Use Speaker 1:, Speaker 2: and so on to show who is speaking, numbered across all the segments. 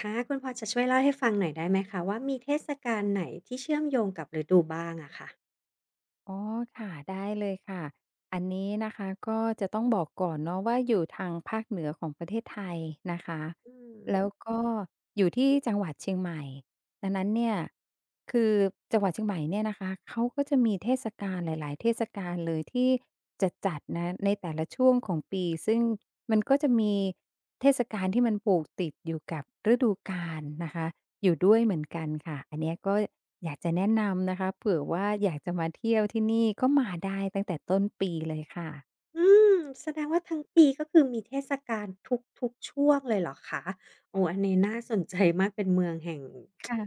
Speaker 1: ค่ะคุณพอจะช่วยเล่าให้ฟังหน่อยได้ไหมคะว่ามีเทศกาลไหนที่เชื่อมโยงกับฤดูบ้างอะค่ะ
Speaker 2: อ๋อค่ะได้เลยค่ะอันนี้นะคะก็จะต้องบอกก่อนเนาะว่าอยู่ทางภาคเหนือของประเทศไทยนะคะ
Speaker 1: อืม
Speaker 2: แล้วก็อยู่ที่จังหวัดเชียงใหม่ดังนั้นเนี่ยคือจังหวัดเชียงใหม่เนี่ยนะคะเขาก็จะมีเทศกาลหลายๆเทศกาลเลยที่จะจัดนะในแต่ละช่วงของปีซึ่งมันก็จะมีเทศกาลที่มันผูกติดอยู่กับฤดูกาลนะคะ อยู่ด้วยเหมือนกันค่ะ อันเนี้ยก็อยากจะแนะนำนะคะเผื่อว่าอยากจะมาเที่ยวที่นี่ก็มาได้ตั้งแต่ต้นปีเลยค่ะ
Speaker 1: อืมแสดงว่าทั้งปีก็คือมีเทศกาลทุกๆช่วงเลยเหรอคะโอ้อันนี้น่าสนใจมากเป็นเมืองแห่ง
Speaker 2: ค่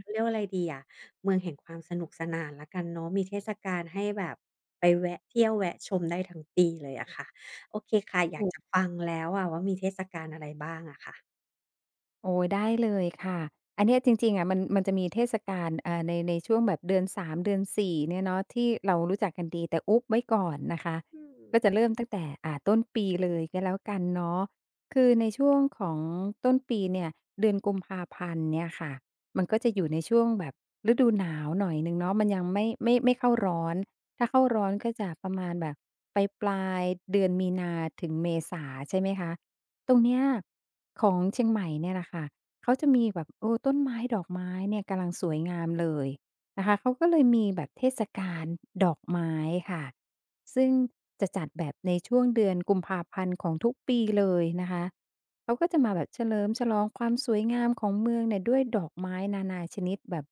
Speaker 1: เขาเรียกว่าอะไรดีอะเมืองแห่งความสนุกสนานแล้วกันเนาะมีเทศกาลให้แบบไปแวะเที่ยวแวะชมได้ทั้งปีเลยอะค่ะโอเคค่ะอยากจะฟังแล้วอะว่ามีเทศกาลอะไรบ้างอะค่ะ
Speaker 2: โอ้ยได้เลยค่ะ อันเนี้ยจริงๆอะมันมันจะมีเทศกาลในช่วงแบบเดือนสามเดือนสี่เนี่ยเนาะที่เรารู้จักกันดีแต่อุ๊บไว้ก่อนนะคะ
Speaker 1: อืม
Speaker 2: ก็จะเริ่มตั้งแต่ต้นปีเลยก็แล้วกันเนาะคือในช่วงของต้นปีเนี่ยเดือนกุมภาพันธ์เนี่ยค่ะมันก็จะอยู่ในช่วงแบบฤดูหนาวหน่อยหนึ่งเนาะมันยังไม่เข้าร้อนถ้าเข้าร้อนก็จะประมาณแบบปลายๆเดือนมีนาถึงเมษาใช่ไหมคะ ตรงเนี้ยของเชียงใหม่เนี่ยแหละค่ะเขาจะมีแบบต้นไม้ดอกไม้เนี่ยกำลังสวยงามเลยนะคะเขาก็เลยมีแบบเทศกาลดอกไม้ค่ะซึ่งจะจัดแบบในช่วงเดือนกุมภาพันธ์ของทุกปีเลยนะคะเขาก็จะมาแบบเฉลิมฉลองความสวยงามของเมืองเนี่ยด้วยดอกไม้นานาชนิดแบบ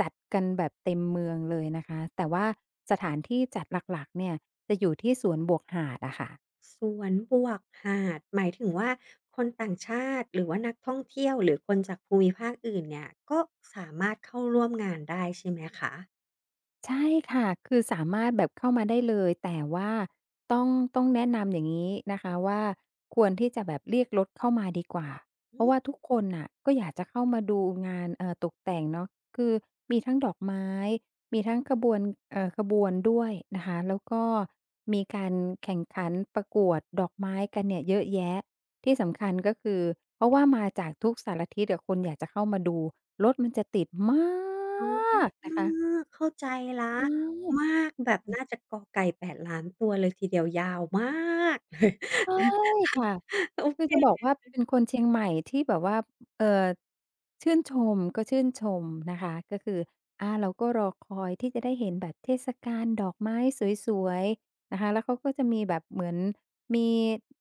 Speaker 2: จัดกันแบบเต็มเมืองเลยนะคะแต่ว่าสถานที่จัดหลักๆเนี่ยจะอยู่ที่สวนบวกหาดอะค่ะ
Speaker 1: สวนบวกหาดหมายถึงว่าคนต่างชาติหรือว่านักท่องเที่ยวหรือคนจากภูมิภาคอื่นเนี่ยก็สามารถเข้าร่วมงานได้ใช่ไหมคะ
Speaker 2: ใช่ค่ะ คือสามารถแบบเข้ามาได้เลย แต่ว่าต้องต้องแนะนำอย่างงี้นะคะว่าควรที่จะแบบเรียกรถเข้ามาดีกว่า เพราะว่าทุกคนน่ะก็อยากจะเข้ามาดูงานตกแต่งเนาะคือมีทั้งดอกไม้มีทั้งขบวนขบวนด้วยนะคะ แล้วก็มีการแข่งขันประกวดดอกไม้กันเนี่ยเยอะแยะ ที่สำคัญก็คือเพราะว่ามาจากทุกสารทิศอะคนอยากจะเข้ามาดูรถมันจะติดม
Speaker 1: อ๋
Speaker 2: า
Speaker 1: อ
Speaker 2: กนะคะ
Speaker 1: เข้าใจแล้
Speaker 2: เอ
Speaker 1: ว
Speaker 2: อ
Speaker 1: มากแบบน่าจะกอไก่แปดล้านตัวเลยทีเดียวยาวมาก
Speaker 2: ใช่ ค่ะ
Speaker 1: โอ
Speaker 2: คือจะบอ
Speaker 1: เค
Speaker 2: กว่าเป็นคนเชียงใหม่ที่แบบว่าเอ่อชื่นชมก็ชื่นชมนะคะก็คืออาเราก็รอคอยที่จะได้เห็นแบบเทศกาลดอกไม้สวยๆนะคะแล้วเขาก็จะมีแบบเหมือนมี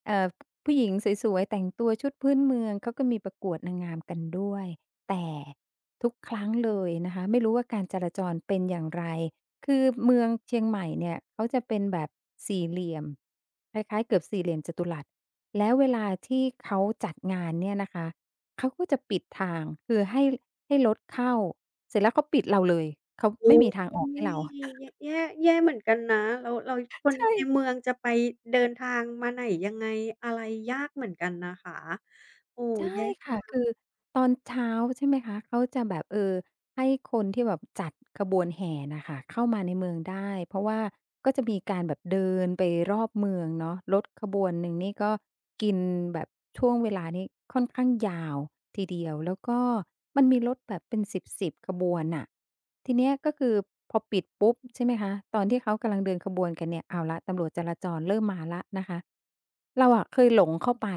Speaker 2: เอ่อผู้หญิงสวยๆแต่งตัวชุดพื้นเมืองเขาก็มีประกวดนางงามกันด้วยแต่ทุกครั้งเลยนะคะไม่รู้ว่าการจราจรเป็นอย่างไรคือเมืองเชียงใหม่เนี่ยเขาจะเป็นแบบสี่เหลี่ยมคล้ายๆเกือบสี่เหลี่ยมจัตุรัส แล้วเวลาที่เขาจัดงานเนี่ยนะคะ เขาก็จะปิดทางคือให้รถเข้าเสร็จแล้วเขาปิดเราเลยเขา
Speaker 1: โอ้
Speaker 2: ไม่มีทางออกให้เรา
Speaker 1: ย แย่แย่แย่เหมือนกันนะแล้วแล้วคนในเมื
Speaker 2: ใช่
Speaker 1: องจะไปเดินทางมาไหนยังไงอะไรยากเหมือนกันนะคะโอ้
Speaker 2: ใช่
Speaker 1: แย่จั
Speaker 2: ค่ะ
Speaker 1: ง
Speaker 2: คือตอนเช้าใช่ไหมคะเขาจะแบบให้คนที่แบบจัดขบวนแห่น่ะค่ะเข้ามาในเมืองได้เพราะว่าก็จะมีการแบบเดินไปรอบเมืองเนาะรถขบวนหนึ่งนี่ก็กินแบบช่วงเวลานี้ค่อนข้างยาวทีเดียวแล้วก็มันมีรถแบบเป็น10ๆขบวนน่ะทีเนี้ยก็คือพอปิดปุ๊บใช่ไหมคะตอนที่เขากำลังเดินขบวนกันเนี่ยเอาละตำรวจจราจรเริ่มมาแล้วนะคะเราอะเคยหลงเข้าไป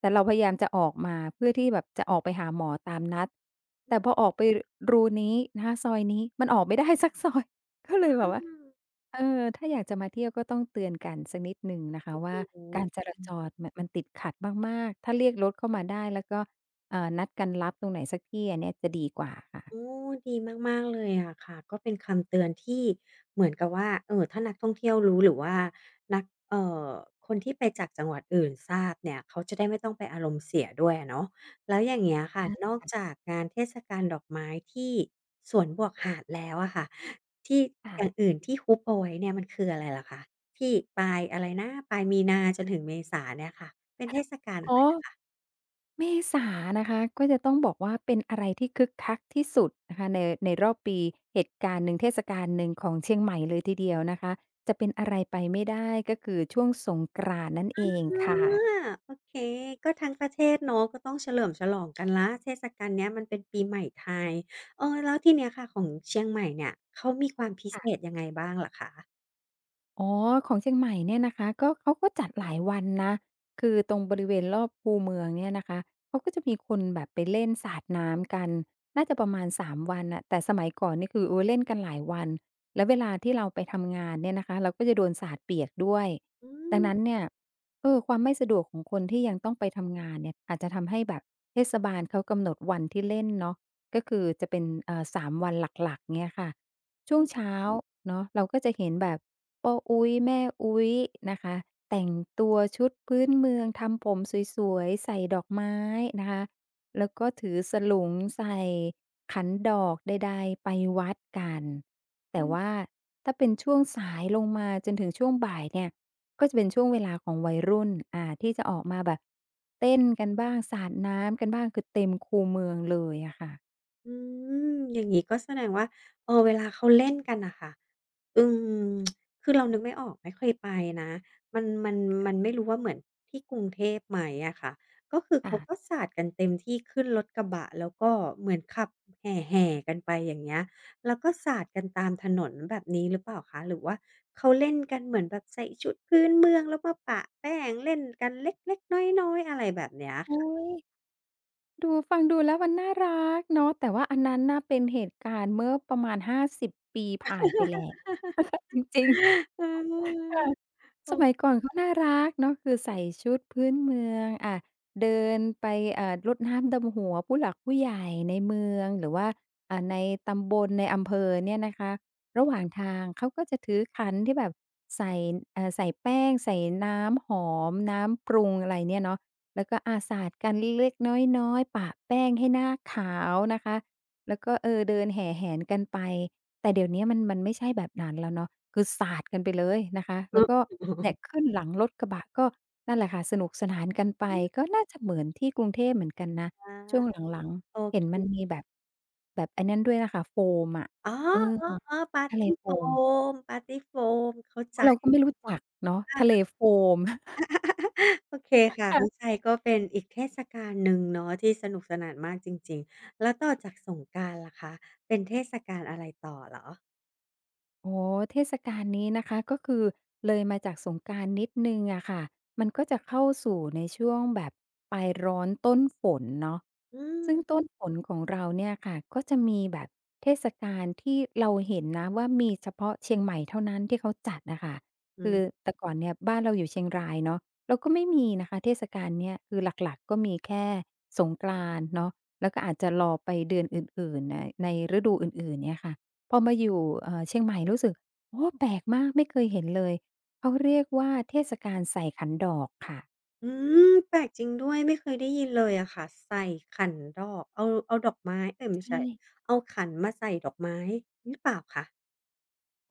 Speaker 2: แต่เราพยายามจะออกมาเพื่อที่แบบจะออกไปหาหมอตามนัดแต่พอออกไปรูนี้นะคะซอยนี้มันออกไม่ ได้สักซอย ก็เลย
Speaker 1: อ
Speaker 2: แบบว่า
Speaker 1: ืม
Speaker 2: เออถ้าอยากจะมาเที่ยวก็ต้องเตือนกันสักนิดหนึ่งนะคะว่า
Speaker 1: โอ้โฮ
Speaker 2: การจราจรมันติดขัดมากๆถ้าเรียกรถเข้ามาได้แล้วก็นัดกันรับตรงไหนสักที่อันเนี้ยจะดีกว่าค่ะ
Speaker 1: โอ้ดีมากๆเลยอะค่ะก็เป็นคำเตือนที่เหมือนกับว่าถ้านักท่องเที่ยวรู้หรือว่านักเอ่อคนที่ไปจากจังหวัดอื่นทราบเนี่ยเขาจะได้ไม่ต้องไปอารมณ์เสียด้วยอะเนาะแล้วอย่างเงี้ยค่ะนอกจากงานเทศกาลดอกไม้ที่สวนบวกหาดแล้วอะค่ะที่อย่าง
Speaker 2: ค่ะ
Speaker 1: อื่นที่ฮุบเอาไว้เนี่ยมันคืออะไรเหรอคะที่ปลายอะไรนะปลายมีนาจนถึงเมษาเนี่ยค่ะเป็นเทศกาล
Speaker 2: อ๋อ เมษานะคะก็จะต้องบอกว่าเป็นอะไรที่คึกคักที่สุดนะคะในรอบปีเหตุการณ์หนึ่งเทศกาลหนึ่งของเชียงใหม่เลยทีเดียวนะคะจะเป็นอะไรไปไม่ได้ก็คือช่วงสงกรานต์นั่นเอ
Speaker 1: อา
Speaker 2: งค่ะ
Speaker 1: โอเค ก็ทั้งประเทศเนาะก็ต้องเฉลิมฉลองกันแล้วเทศกาลเนี้ยมันเป็นปีใหม่ไทยเออแล้วทีเนี้ยค่ะของเชียงใหม่เนี่ย เขามีความพิเศษยังไงบ้างเหรอคะ
Speaker 2: อ๋อของเชียงใหม่เนี่ยนะคะก็เขาก็จัดหลายวันนะคือตรงบริเวณรอบคูเมืองเนี่ยนะคะเขาก็จะมีคนแบบไปเล่นสาดน้ำกันน่าจะประมาณ3วันน่ะแต่สมัยก่อนนี่คือโอ้เล่นกันหลายวันแล้วเวลาที่เราไปทำงานเนี่ยนะคะเราก็จะโดนสาดเปียกด้วย
Speaker 1: อื
Speaker 2: ดั
Speaker 1: ม
Speaker 2: งนั้นเนี่ยความไม่สะดวกของคนที่ยังต้องไปทำงานเนี่ยอาจจะทำให้แบบเทศบาลเขากำหนดวันที่เล่นเนาะก็คือจะเป็นสามวันหลักๆเงี้ยค่ะ ช่
Speaker 1: อื
Speaker 2: วง
Speaker 1: อ
Speaker 2: เช้าเนาะเราก็จะเห็นแบบโป้อุ้ยแม่อุ้ยนะคะแต่งตัวชุดพื้นเมืองทำผมสวยๆใส่ดอกไม้นะคะแล้วก็ถือสลุงใส่ขันดอกใดๆไปวัดกัน
Speaker 1: อื
Speaker 2: แต่
Speaker 1: อ
Speaker 2: ว่าถ้าเป็นช่วงสายลงมาจนถึงช่วงบ่ายเนี่ยก็จะเป็นช่วงเวลาของวัยรุ่นที่จะออกมาแบบเต้นกันบ้างสาดน้ำกันบ้างคือเต็มคูเมืองเลยอะค่ะ
Speaker 1: อืมอย่างนี้ก็แสดงว่าเออเวลาเขาเล่นกันน่ะค่ะอืมคือเรานึกไม่ออกไม่เคยไปนะมันมันไม่รู้ว่าเหมือนที่กรุงเทพไหมอะค่ะก็คือ
Speaker 2: อ่ะ
Speaker 1: เขาก็สาดกันเต็มที่ขึ้นรถกระบะแล้วก็เหมือนขับแห่ๆกันไปอย่างเงี้ยแล้วก็สาดกันตามถนนแบบนี้หรือเปล่าคะหรือว่าเขาเล่นกันเหมือนแบบใส่ชุดพื้นเมืองแล้วมาปะแป้งเล่นกันเล็กๆน้อยๆอะไรแบบเนี้ย
Speaker 2: อุ้
Speaker 1: ค่ะ
Speaker 2: ย ดูฟังดูแล้วมันน่ารักเนาะแต่ว่าอันนั้นน่ะเป็นเหตุการณ์เมื่อประมาณ50ปีผ่านไปแล้วจริงๆ
Speaker 1: เออโอ
Speaker 2: สมั
Speaker 1: ้
Speaker 2: ยก่อนเขาน่ารักเนาะคือใส่ชุดพื้นเมืองเดินไปรดน้ำดำหัวผู้หลักผู้ใหญ่ในเมืองหรือว่าในตำบลในอำเภอเนี่ยนะคะระหว่างทางเขาก็จะถือขันที่แบบใส่ใส่แป้งใส่น้ำหอมน้ำปรุงอะไรเนี่ยเนาะแล้วก็สาดกันเล็กๆน้อยๆปะแป้งให้หน้าขาวนะคะแล้วก็เดินแห่แหนกันไป แต่เดี๋ยวเนี้ยมันไม่ใช่แบบนั้นแล้วเนาะคือสาดกันไปเลยนะคะ
Speaker 1: เอ
Speaker 2: แล้
Speaker 1: อ
Speaker 2: วก็เนี่ย
Speaker 1: ๆๆ
Speaker 2: ขึ้นหลังรถกระบะก็นั่นแหละค่ะสนุกสนานกันไปก็น่าจะเหมือนที่กรุงเทพเหมือนกันนะ
Speaker 1: อา
Speaker 2: ช่วงหลัง
Speaker 1: โอ
Speaker 2: ๆเห็
Speaker 1: เค
Speaker 2: นมันมีแบบแบบไอ้นั้นด้วยน่ะค่ะโฟมอะ
Speaker 1: อ๋อ
Speaker 2: เออ
Speaker 1: ๆๆปาร์
Speaker 2: ทะเล
Speaker 1: ตี้
Speaker 2: โฟ
Speaker 1: โฟ
Speaker 2: ม
Speaker 1: มปาร์ตี้โฟมเข้า
Speaker 2: เพ
Speaker 1: ใจ
Speaker 2: ราะเราก็ไม่รู้จักเนาะทะเลโฟม
Speaker 1: โอเคค่ะเข้าใจก็เป็นอีกเทศกาลหนึ่งเนาะที่สนุกสนานมากจริงๆแล้วต่อจากสงกรานต์ล่ะคะเป็นเทศกาลอะไรต่อเหรอ
Speaker 2: โอ๋เทศกาลนี้นะคะก็คือเลยมาจากสงกรานต์นิดหนึ่งอะค่ะมันก็จะเข้าสู่ในช่วงแบบปลายร้อนต้นฝนเนาะ
Speaker 1: อืม
Speaker 2: ซึ่งต้นฝนของเราเนี่ยค่ะก็จะมีแบบเทศกาลที่เราเห็นนะว่ามีเฉพาะเชียงใหม่เท่านั้นที่เขาจัดน่ะค่ะ
Speaker 1: อื
Speaker 2: คือ
Speaker 1: ม
Speaker 2: แต่ก่อนเนี่ยบ้านเราอยู่เชียงรายเนาะเราก็ไม่มีนะคะเทศกาลเนี้ยคือหลักๆก็มีแค่สงกรานต์เนาะแล้วก็อาจจะรอไปเดือนอื่นๆในฤดูอื่นๆเนี่ยค่ะ พอมาอยู่เชียงใหม่รู้สึกโอ้แปลกมากไม่เคยเห็นเลยเขาเรียกว่าเทศกาลใส่ขันดอกค่ะ
Speaker 1: อืมแปลกจริงด้วยไม่เคยได้ยินเลยอะค่ะใส่ขันดอกเอาเอาดอกไม้เอ๊ยไม่
Speaker 2: ใช่
Speaker 1: ใช่เอาขันมาใส่ดอกไม้หรือเปล่าคะ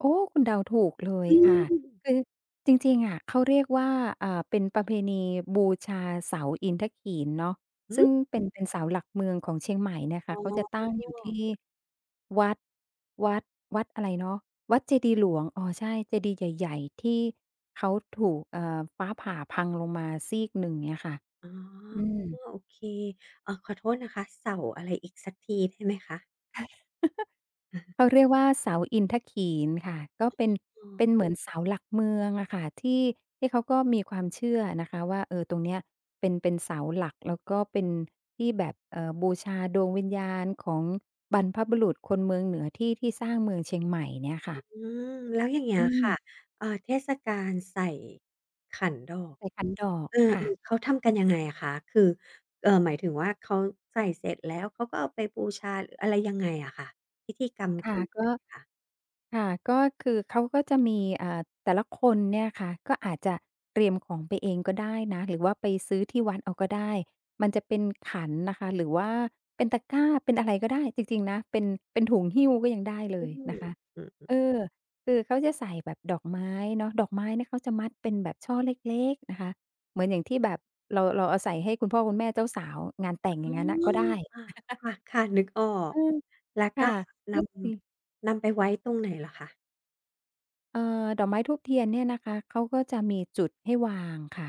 Speaker 2: โอ้คุณเดาถูกเลย
Speaker 1: อื
Speaker 2: ค่ะ
Speaker 1: ม
Speaker 2: คือจริงๆอะเขาเรียกว่าเป็นประเพณีบูชาเสาอินทขีฬเนาะ
Speaker 1: หือ
Speaker 2: ซึ่งเป็นเสาหลักเมืองของเชียงใหม่เนี่ย
Speaker 1: อ๋
Speaker 2: ค่ะเขาจะตั้งอยู่ที่
Speaker 1: อ
Speaker 2: วัดวัดวัดอะไรเนาะวัดเจดีย์หลวงอ๋อใช่เจดีย์ใหญ่ๆที่เขาถูกฟ้าผ่าพังลงมาซีกหนึ่งเงี้ยค่ะ
Speaker 1: อ๋อ
Speaker 2: อืม
Speaker 1: โอเคขอโทษนะคะเสาอะไรอีกสักทีได้ไหมคะ
Speaker 2: เขาเรียกว่าเสาอินทขีฬค่ะก็เป็นเป็น
Speaker 1: ออ
Speaker 2: เหมือนเสาหลักเมืองอะค่ะที่เขาก็มีความเชื่อนะคะว่าเออตรงเนี้ยเป็นเสาหลักแล้วก็เป็นที่แบบบูชาดวงวิญญาณของบรรพบุรุษคนเมืองเหนือที่สร้างเมืองเชียงใหม่เนี่ยค่ะ
Speaker 1: อืมแล้วอย่างเงี้ย
Speaker 2: อื
Speaker 1: ค่ะ
Speaker 2: ม
Speaker 1: เทศกาลใส่ขันดอก
Speaker 2: ใส่ขันดอก
Speaker 1: เออ
Speaker 2: ค่ะ
Speaker 1: ๆเขาทำกันยังไงอะคะคือหมายถึงว่าเขาใส่เสร็จแล้วเขาก็เอาไปบูชาหรืออะไรยังไงอะค่ะพิธีกรรม
Speaker 2: ค่ะ
Speaker 1: คือยัง
Speaker 2: ก็
Speaker 1: ไงคะ
Speaker 2: ค่ะก็คือเขาก็จะมีแต่ละคนเนี่ยค่ะก็อาจจะเตรียมของไปเองก็ได้นะหรือว่าไปซื้อที่วัดเอาก็ได้มันจะเป็นขันนะคะหรือว่าเป็นตะกร้าเป็นอะไรก็ได้จริงๆนะเป็นเป็นถุงหิ้วก็ยังได้เล
Speaker 1: อื
Speaker 2: ยนะ
Speaker 1: ม
Speaker 2: คะ
Speaker 1: อืม
Speaker 2: เออคือเขาจะใส่แบบดอกไม้เนาะดอกไม้เนี่ยเขาจะมัดเป็นแบบช่อเล็กๆนะคะเหมือนอย่างที่แบบเราเอาใส่ให้คุณพ่อคุณแม่เจ้าสาวงานแต่งอ
Speaker 1: อ๋อ
Speaker 2: ย่างงั้นน่ะก็ได้
Speaker 1: ค่ะค่ะค่ะนึกออ
Speaker 2: เอ
Speaker 1: ก
Speaker 2: อ
Speaker 1: แล้วก็
Speaker 2: ค่ะ
Speaker 1: น
Speaker 2: ก็จะมี
Speaker 1: นำไปไว้ตรงไหนเหรอคะ
Speaker 2: ดอกไม้ธูปเทียนเนี่ยนะคะเขาก็จะมีจุดให้วางค่ะ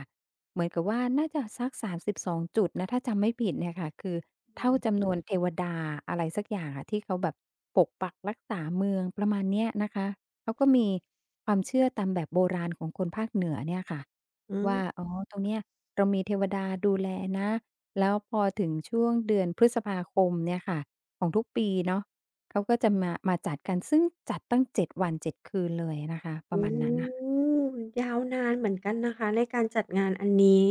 Speaker 2: เหมือนกับว่าน่าจะสักสามสิบสองจุดนะถ้าจำไม่ผิดเนี่ยค่ะคือ
Speaker 1: อื
Speaker 2: เท่า
Speaker 1: ม
Speaker 2: จำนวนเทวดาอะไรสักอย่างอะที่เขาแบบปกปักรักษาเมืองประมาณเนี้ยนะคะเขาก็มีความเชื่อตามแบบโบราณของคนภาคเหนือเนี่ยค่ะ
Speaker 1: อื
Speaker 2: ว่า
Speaker 1: ม
Speaker 2: อ๋อตรงเนี้ยเรามีเทวดาดูแลนะแล้วพอถึงช่วงเดือนพฤษภาคมเนี่ยค่ะของทุกปีเนาะ เขาก็จะมาจัดกันซึ่งจัดตั้ง7วัน7คืนเลยนะคะป
Speaker 1: โอ
Speaker 2: ระมาณนั้น
Speaker 1: ้
Speaker 2: น่ะ
Speaker 1: ยาวนานเหมือนกันนะคะในการจัดงานอันนี้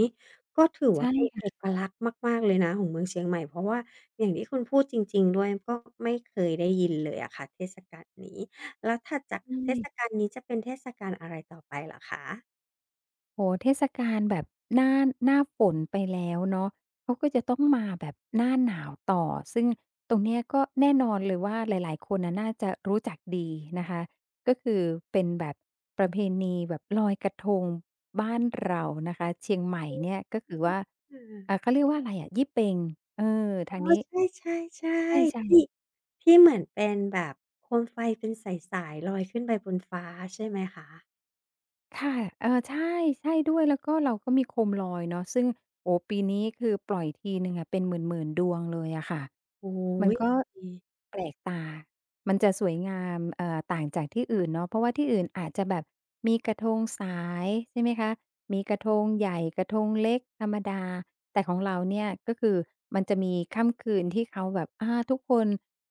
Speaker 1: ก็ถือ
Speaker 2: ใช่
Speaker 1: ว่าเป็นเอก
Speaker 2: ค่ะ
Speaker 1: ลักษณ์มากๆเลยนะของเมืองเชียงใหม่เพราะว่าอย่างที่คุณพูดจริงๆด้วยก็ไม่เคยได้ยินเลยอะค่ะเทศกาลนี้แล้วถัดจาก
Speaker 2: ใช
Speaker 1: เทศ
Speaker 2: ่
Speaker 1: กาลนี้จะเป็นเทศกาลอะไรต่อไปเหรอคะ
Speaker 2: โอ้โฮเทศกาลแบบหน้าหน้าฝนไปแล้วเนาะเขาก็จะต้องมาแบบหน้าหนาวต่อซึ่งตรงเนี้ยก็แน่นอนเลยว่าหลายๆคนน่ะน่าจะรู้จักดีนะคะก็คือเป็นแบบประเพณีแบบลอยกระทงบ้านเรานะคะเชียงใหม่เนี่ยก็คือว่า
Speaker 1: อา
Speaker 2: เขาเรียกว่าอะไรอะยี่เป็งเอ
Speaker 1: อ๋อ
Speaker 2: ทางนี้
Speaker 1: ใช่ๆ
Speaker 2: ใช่
Speaker 1: ๆที่
Speaker 2: ๆ
Speaker 1: ที่เหมือนเป็นแบบโคมไฟเป็นสายๆลอยขึ้นไปบนฟ้าใช่ไหมคะ
Speaker 2: ค่ะเออใช่ ใช่ด้วย แล้วก็เราก็มีโคมลอยเนาะซึ่งโอ้โฮปีนี้คือปล่อยทีหนึ่งอะเป็นหมื่นๆดวงเลยอะค่ะ
Speaker 1: โอ้
Speaker 2: มั
Speaker 1: โฮ
Speaker 2: นก็แปลกตา มันจะสวยงามต่างจากที่อื่นเนาะเพราะว่าที่อื่นอาจจะแบบมีกระทงสายใช่ไหมคะมีกระทงใหญ่ กระทงเล็กธรรมดา แต่ของเราเนี่ยก็คือมันจะมีค่ำคืนที่เขาแบบทุกคน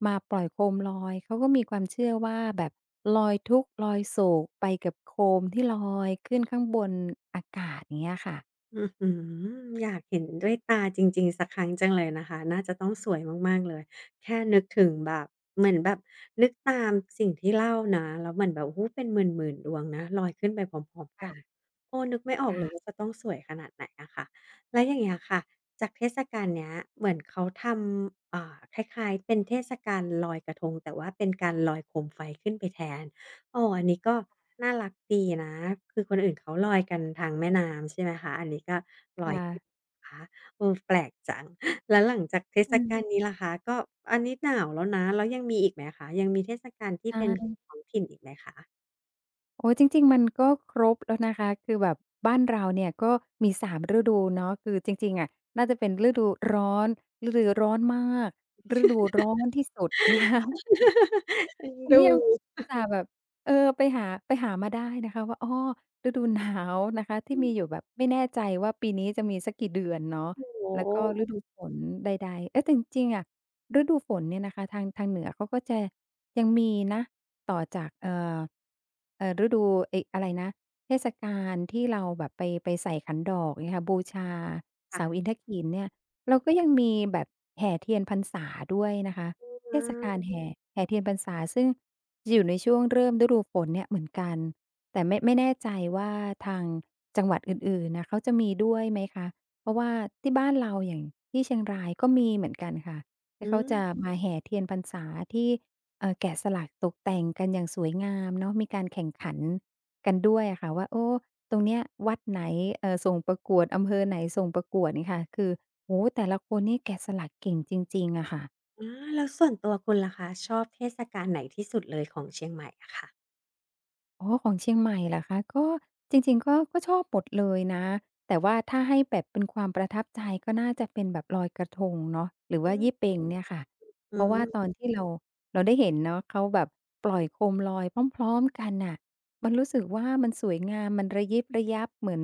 Speaker 2: มาปล่อยโคมลอยเขาก็มีความเชื่อว่าแบบลอยทุกข์ลอยโศกไปกับโคมที่ลอยขึ้นข้างบนอากาศอย่างเงี้ยค่ะ
Speaker 1: อื้อฮืออยากเห็นด้วยตาจริงๆสักครั้งจังเลยนะคะน่าจะต้องสวยมากๆเลยแค่นึกถึงแบบเหมือนแบบนึกตามสิ่งที่เล่านะแล้วเหมือนแบบโอ้โฮเป็นหมื่นๆดวงนะลอยขึ้นไปพร้อมๆกันโอ้นึกไม่ออกเลยว่า
Speaker 2: ค่ะ
Speaker 1: จะต้องสวยขนาดไหนอะค่ะแล้วอย่างเงี้ยค่ะจากเทศกาลเนี้ยเหมือนเขาทำอ่าคล้ายๆเป็นเทศกาลลอยกระทงแต่ว่าเป็นการลอยโคมไฟขึ้นไปแทน อ๋ออันนี้ก็น่ารักดีนะ คือคนอื่นเขาลอยกันทางแม่น้ำใช่ไหมคะอันนี้ก็ลอย
Speaker 2: ค่ะ
Speaker 1: คะเออแปลกจังแล้วหลังจากเทศ
Speaker 2: อื
Speaker 1: กาล
Speaker 2: ม
Speaker 1: นี้ล่ะคะก็อันนี้หนาวแล้วนะแล้วยังมีอีกไหมคะยังมีเทศกาลที่
Speaker 2: ใช
Speaker 1: เป็น
Speaker 2: ่
Speaker 1: ท้องถิ่นอีกไหมคะ
Speaker 2: โอ๊ยจริงๆมันก็ครบแล้วนะคะคือแบบบ้านเราเนี่ยก็มีสามฤดูเนาะคือจริงๆอะน่าจะเป็นฤดูร้อนฤดูร้อนมากฤดูร้อนที่สุดนะคะ
Speaker 1: เอ็น
Speaker 2: อัน
Speaker 1: ดู
Speaker 2: นี้ยังอุตส่าห์แบบเออไปหามาได้นะคะว่าอ้อฤดูหนาวนะคะที่มีอยู่แบบไม่แน่ใจว่าปีนี้จะมีสักกี่เดือนเนาะ
Speaker 1: โอ้โ
Speaker 2: แล้ว
Speaker 1: ฮ
Speaker 2: ก็ฤดูฝนใดๆเอ๊ยแต่จริงๆอะฤดูฝนเนี่ยนะคะทางเหนือเขาก็จะยังมีนะต่อจากฤดูไอ้อะไรนะเทศกาลที่เราแบบไปใส่ขันดอกเงี้ยค่ะบูชาเสา
Speaker 1: ค่ะ
Speaker 2: อินทกีฬเนี่ยเราก็ยังมีแบบแห่เทียนพรรษาด้วยนะคะ
Speaker 1: อ
Speaker 2: เท
Speaker 1: า
Speaker 2: ศกาลแห่เทียนพรรษาซึ่งจะอยู่ในช่วงเริ่มฤดูฝนเนี่ยเหมือนกันแต่ไม่แน่ใจว่าทางจังหวัดอื่นๆน่ะเขาจะมีด้วยไหมคะเพราะว่าที่บ้านเราอย่างที่เชียงรายก็มีเหมือนกันค่ะ
Speaker 1: อื
Speaker 2: ที่เขา
Speaker 1: ม
Speaker 2: จะมาแห่เทียนพรรษาที่แกะสลักตกแต่งกันอย่างสวยงามเนาะมีการแข่งขันกันด้วยอะค่ะว่าโอ้ตรงเนี้ยวัดไหนส่งประกวดอำเภอไหนส่งประกวดเนี่ยค่ะคือโอ้โฮแต่ละคนนี่แกะสลักเก่งจริงๆอะค่ะ
Speaker 1: อาแล้วส่วนตัวคุณล่ะคะชอบเทศกาลไหนที่สุดเลยของเชียงใหม่อะค่ะ
Speaker 2: อ๋อของเชียงใหม่เหรอคะก็จริงๆก็ชอบหมดเลยนะแต่ว่าถ้าให้แบบเป็นความประทับใจก็น่าจะเป็นแบบลอยกระทงเนาะหรือ
Speaker 1: อื
Speaker 2: ว่า
Speaker 1: อ
Speaker 2: ยี่เป็งเนี่ยค่ะ
Speaker 1: อื
Speaker 2: เพราะว่า
Speaker 1: ม
Speaker 2: ตอนที่เราได้เห็นเนาะเขาแบบปล่อยโคมลอยพร้อมๆกันน่ะมันรู้สึกว่ามันสวยงามมันระยิบระยับเหมือน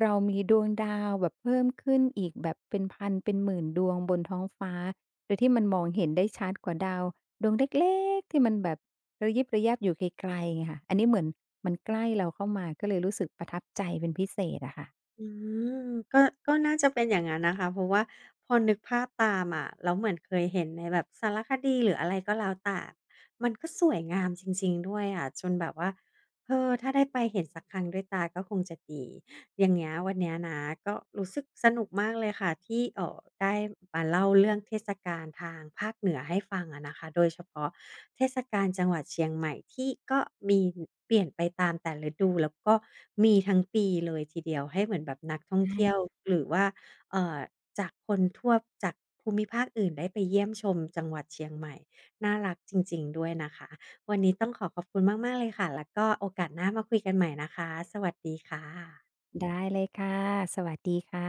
Speaker 2: เรามีดวงดาวแบบเพิ่มขึ้นอีกแบบเป็นพันเป็นหมื่นดวงบนท้องฟ้าโดยที่มันมองเห็นได้ชัดกว่าดาวดวงเล็กๆที่มันแบบ ระยิบระยับอยู่ไกลๆไงค่ะอันนี้เหมือนมันใกล้เราเข้ามาก็เลยรู้สึกประทับใจเป็นพิเศษอะค่ะ
Speaker 1: อืมก็ก็น่าจะเป็นอย่างนั้นนะคะเพราะว่าพอนึกภาพตามอะแล้วเหมือนเคยเห็นในแบบสารคดีหรืออะไรก็แล้วแต่มันก็สวยงามจริงๆด้วยอะจนแบบว่าเออถ้าได้ไปเห็นสักครั้งด้วยตาก็คงจะดี อย่างเงี้ยวันเนี้ยนะก็รู้สึกสนุกมากเลยค่ะที่เออได้มาเล่าเรื่องเทศกาลทางภาคเหนือให้ฟังอะนะคะโดยเฉพาะเทศกาลจังหวัดเชียงใหม่ที่ก็มีเปลี่ยนไปตามแต่ฤดูแล้วก็มีทั้งปีเลยทีเดียวให้เหมือนแบบนักท่องเที่ยว
Speaker 2: ใช่
Speaker 1: หรือว่าเอ่อจากคนทั่วจากภูมิภาคอื่นได้ไปเยี่ยมชมจังหวัดเชียงใหม่น่ารักจริงๆด้วยนะคะวันนี้ต้องขอขอบคุณมากๆเลยค่ะแล้วก็โอกาสหน้ามาคุยกันใหม่นะคะสวัสดีค่ะ
Speaker 2: ได้เลยค่ะ สวัสดีค่ะ